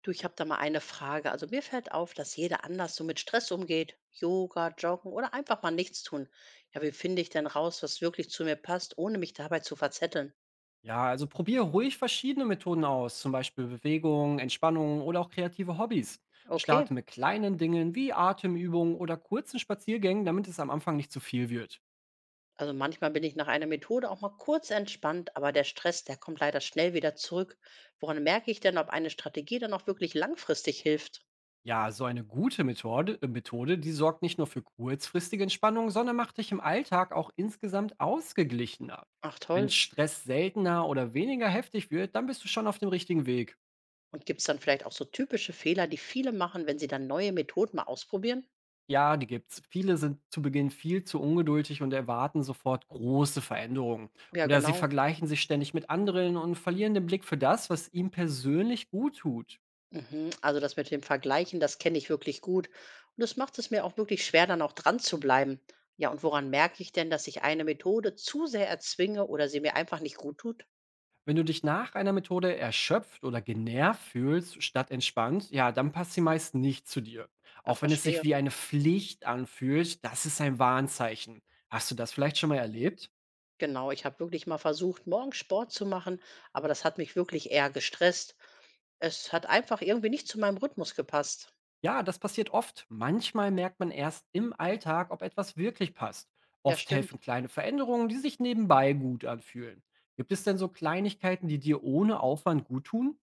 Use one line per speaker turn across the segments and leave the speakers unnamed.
Du, ich habe da mal eine Frage. Also mir fällt auf, dass jeder anders so mit Stress umgeht. Yoga, Joggen oder einfach mal nichts tun. Ja, wie finde ich denn raus, was wirklich zu mir passt, ohne mich dabei zu verzetteln?
Ja, also probiere ruhig verschiedene Methoden aus, zum Beispiel Bewegung, Entspannung oder auch kreative Hobbys.
Okay,
Starte mit kleinen Dingen wie Atemübungen oder kurzen Spaziergängen, damit es am Anfang nicht zu viel wird.
also manchmal bin ich nach einer Methode auch mal kurz entspannt, aber der Stress, der kommt leider schnell wieder zurück. Woran merke ich denn, ob eine Strategie dann auch wirklich langfristig hilft?
Ja, so eine gute Methode, die sorgt nicht nur für kurzfristige Entspannung, sondern macht dich im Alltag auch insgesamt ausgeglichener.
Ach
Wenn
toll.
Stress seltener oder weniger heftig wird, dann bist du schon auf dem richtigen Weg.
Und gibt es dann vielleicht auch so typische Fehler, die viele machen, wenn sie dann neue Methoden mal ausprobieren?
Ja, die gibt's. Viele sind zu Beginn viel zu ungeduldig und erwarten sofort große Veränderungen.
Ja,
Oder sie
genau.
vergleichen sich ständig mit anderen und verlieren den Blick für das, was ihm persönlich gut tut.
Mhm. Also das mit dem Vergleichen, das kenne ich wirklich gut. Und das macht es mir auch wirklich schwer, dann auch dran zu bleiben. Ja, und woran merke ich denn, dass ich eine Methode zu sehr erzwinge oder sie mir einfach nicht gut tut?
Wenn du dich nach einer Methode erschöpft oder genervt fühlst, statt entspannt, ja, dann passt sie meist nicht zu dir.
Ja,
Auch wenn es sich
verstehe.
wie eine Pflicht anfühlt, das ist ein Warnzeichen. Hast du das vielleicht schon mal erlebt?
Genau, ich habe wirklich mal versucht, morgens Sport zu machen, aber das hat mich wirklich eher gestresst. Es hat einfach irgendwie nicht zu meinem Rhythmus gepasst.
Ja, das passiert oft. Manchmal merkt man erst im Alltag, ob etwas wirklich passt.
Ja,
Oft
stimmt.
helfen kleine Veränderungen, die sich nebenbei gut anfühlen. Gibt es denn so Kleinigkeiten, die dir ohne Aufwand gut tun?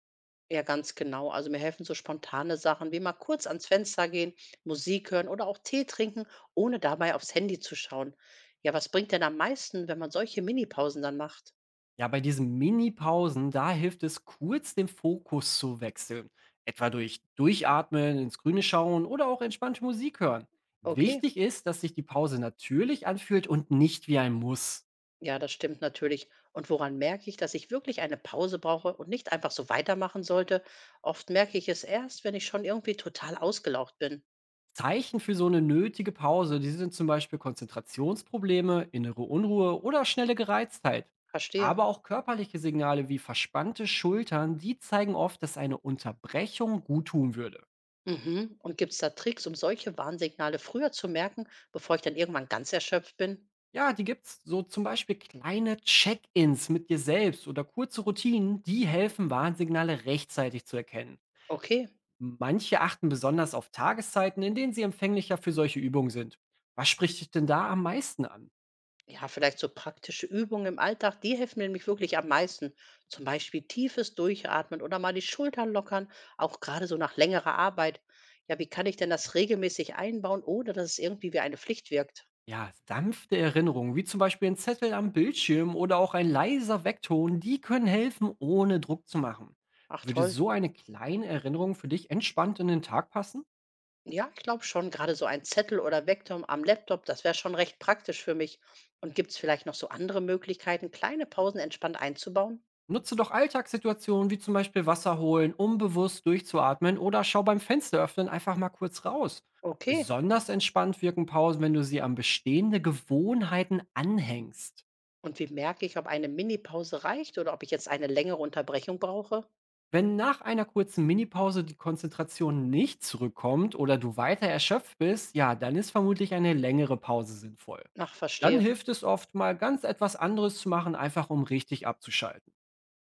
Ja, ganz genau. Also mir helfen so spontane Sachen wie mal kurz ans Fenster gehen, Musik hören oder auch Tee trinken, ohne dabei aufs Handy zu schauen. Ja, was bringt denn am meisten, wenn man solche Minipausen dann macht?
Ja, bei diesen Mini-Pausen, da hilft es kurz den Fokus zu wechseln. Etwa durch Durchatmen, ins Grüne schauen oder auch entspannte Musik hören.
Okay,
Wichtig ist, dass sich die Pause natürlich anfühlt und nicht wie ein Muss.
ja, das stimmt natürlich. Und woran merke ich, dass ich wirklich eine Pause brauche und nicht einfach so weitermachen sollte? Oft merke ich es erst, wenn ich schon irgendwie total ausgelaugt bin.
Zeichen für so eine nötige Pause, die sind zum Beispiel Konzentrationsprobleme, innere Unruhe oder schnelle Gereiztheit.
Verstehe.
Aber auch körperliche Signale wie verspannte Schultern, die zeigen oft, dass eine Unterbrechung guttun würde.
Mhm. Und gibt es da Tricks, um solche Warnsignale früher zu merken, bevor ich dann irgendwann ganz erschöpft bin?
Ja, die gibt's. So zum Beispiel kleine Check-ins mit dir selbst oder kurze Routinen, die helfen, Warnsignale rechtzeitig zu erkennen.
Okay.
Manche achten besonders auf Tageszeiten, in denen sie empfänglicher für solche Übungen sind. Was spricht dich denn da am meisten an?
Ja, vielleicht so praktische Übungen im Alltag, die helfen mir nämlich wirklich am meisten. Zum Beispiel tiefes Durchatmen oder mal die Schultern lockern, auch gerade so nach längerer Arbeit. Ja, wie kann ich denn das regelmäßig einbauen, ohne dass es irgendwie wie eine Pflicht wirkt?
Ja, sanfte Erinnerungen, wie zum Beispiel ein Zettel am Bildschirm oder auch ein leiser Weckton, die können helfen, ohne Druck zu machen.
Ach
Würde
toll.
so eine kleine Erinnerung für dich entspannt in den Tag passen?
Ja, ich glaube schon, gerade so ein Zettel oder Vektor am Laptop, das wäre schon recht praktisch für mich. Und gibt es vielleicht noch so andere Möglichkeiten, kleine Pausen entspannt einzubauen?
Nutze doch Alltagssituationen wie zum Beispiel Wasser holen, um bewusst durchzuatmen oder schau beim Fenster öffnen einfach mal kurz raus.
Okay.
Besonders entspannt wirken Pausen, wenn du sie an bestehende Gewohnheiten anhängst.
Und wie merke ich, ob eine Mini-Pause reicht oder ob ich jetzt eine längere Unterbrechung brauche?
Wenn nach einer kurzen Minipause die Konzentration nicht zurückkommt oder du weiter erschöpft bist, ja, dann ist vermutlich eine längere Pause sinnvoll.
Ach,
Dann
verstehe.
hilft es oft mal ganz etwas anderes zu machen, einfach um richtig abzuschalten.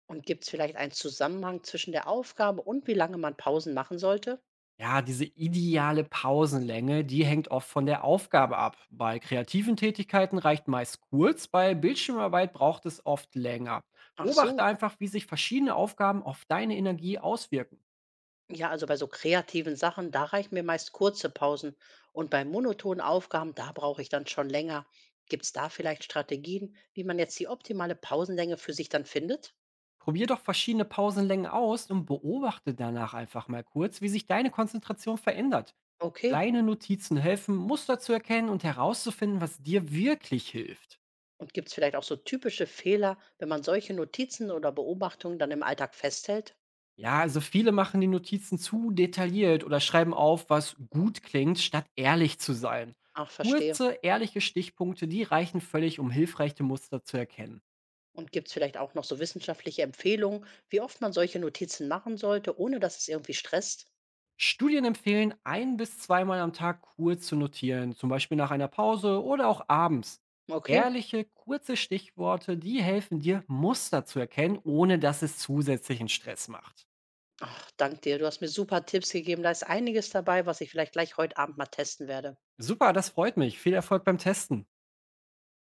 Und gibt es vielleicht einen Zusammenhang zwischen der Aufgabe und wie lange man Pausen machen sollte?
Ja, diese ideale Pausenlänge, die hängt oft von der Aufgabe ab. Bei kreativen Tätigkeiten reicht meist kurz, bei Bildschirmarbeit braucht es oft länger.
Ach so,
Beobachte einfach, wie sich verschiedene Aufgaben auf deine Energie auswirken.
ja, also bei so kreativen Sachen, da reichen mir meist kurze Pausen. Und bei monotonen Aufgaben, da brauche ich dann schon länger. Gibt es da vielleicht Strategien, wie man jetzt die optimale Pausenlänge für sich dann findet?
Probier doch verschiedene Pausenlängen aus und beobachte danach einfach mal kurz, wie sich deine Konzentration verändert.
Okay.
Kleine Notizen helfen, Muster zu erkennen und herauszufinden, was dir wirklich hilft.
Und gibt es vielleicht auch so typische Fehler, wenn man solche Notizen oder Beobachtungen dann im Alltag festhält?
Ja, also viele machen die Notizen zu detailliert oder schreiben auf, was gut klingt, statt ehrlich zu sein.
Ach, verstehe.
Kurze, ehrliche Stichpunkte, die reichen völlig, um hilfreiche Muster zu erkennen.
Und gibt es vielleicht auch noch so wissenschaftliche Empfehlungen, wie oft man solche Notizen machen sollte, ohne dass es irgendwie stresst?
Studien empfehlen, ein bis zweimal am Tag kurz zu notieren, zum Beispiel nach einer Pause oder auch abends.
Okay.
Ehrliche, kurze Stichworte, die helfen dir, Muster zu erkennen, ohne dass es zusätzlichen Stress macht.
Ach, dank dir. Du hast mir super Tipps gegeben. Da ist einiges dabei, was ich vielleicht gleich heute Abend mal testen werde.
Super, das freut mich. Viel Erfolg beim Testen.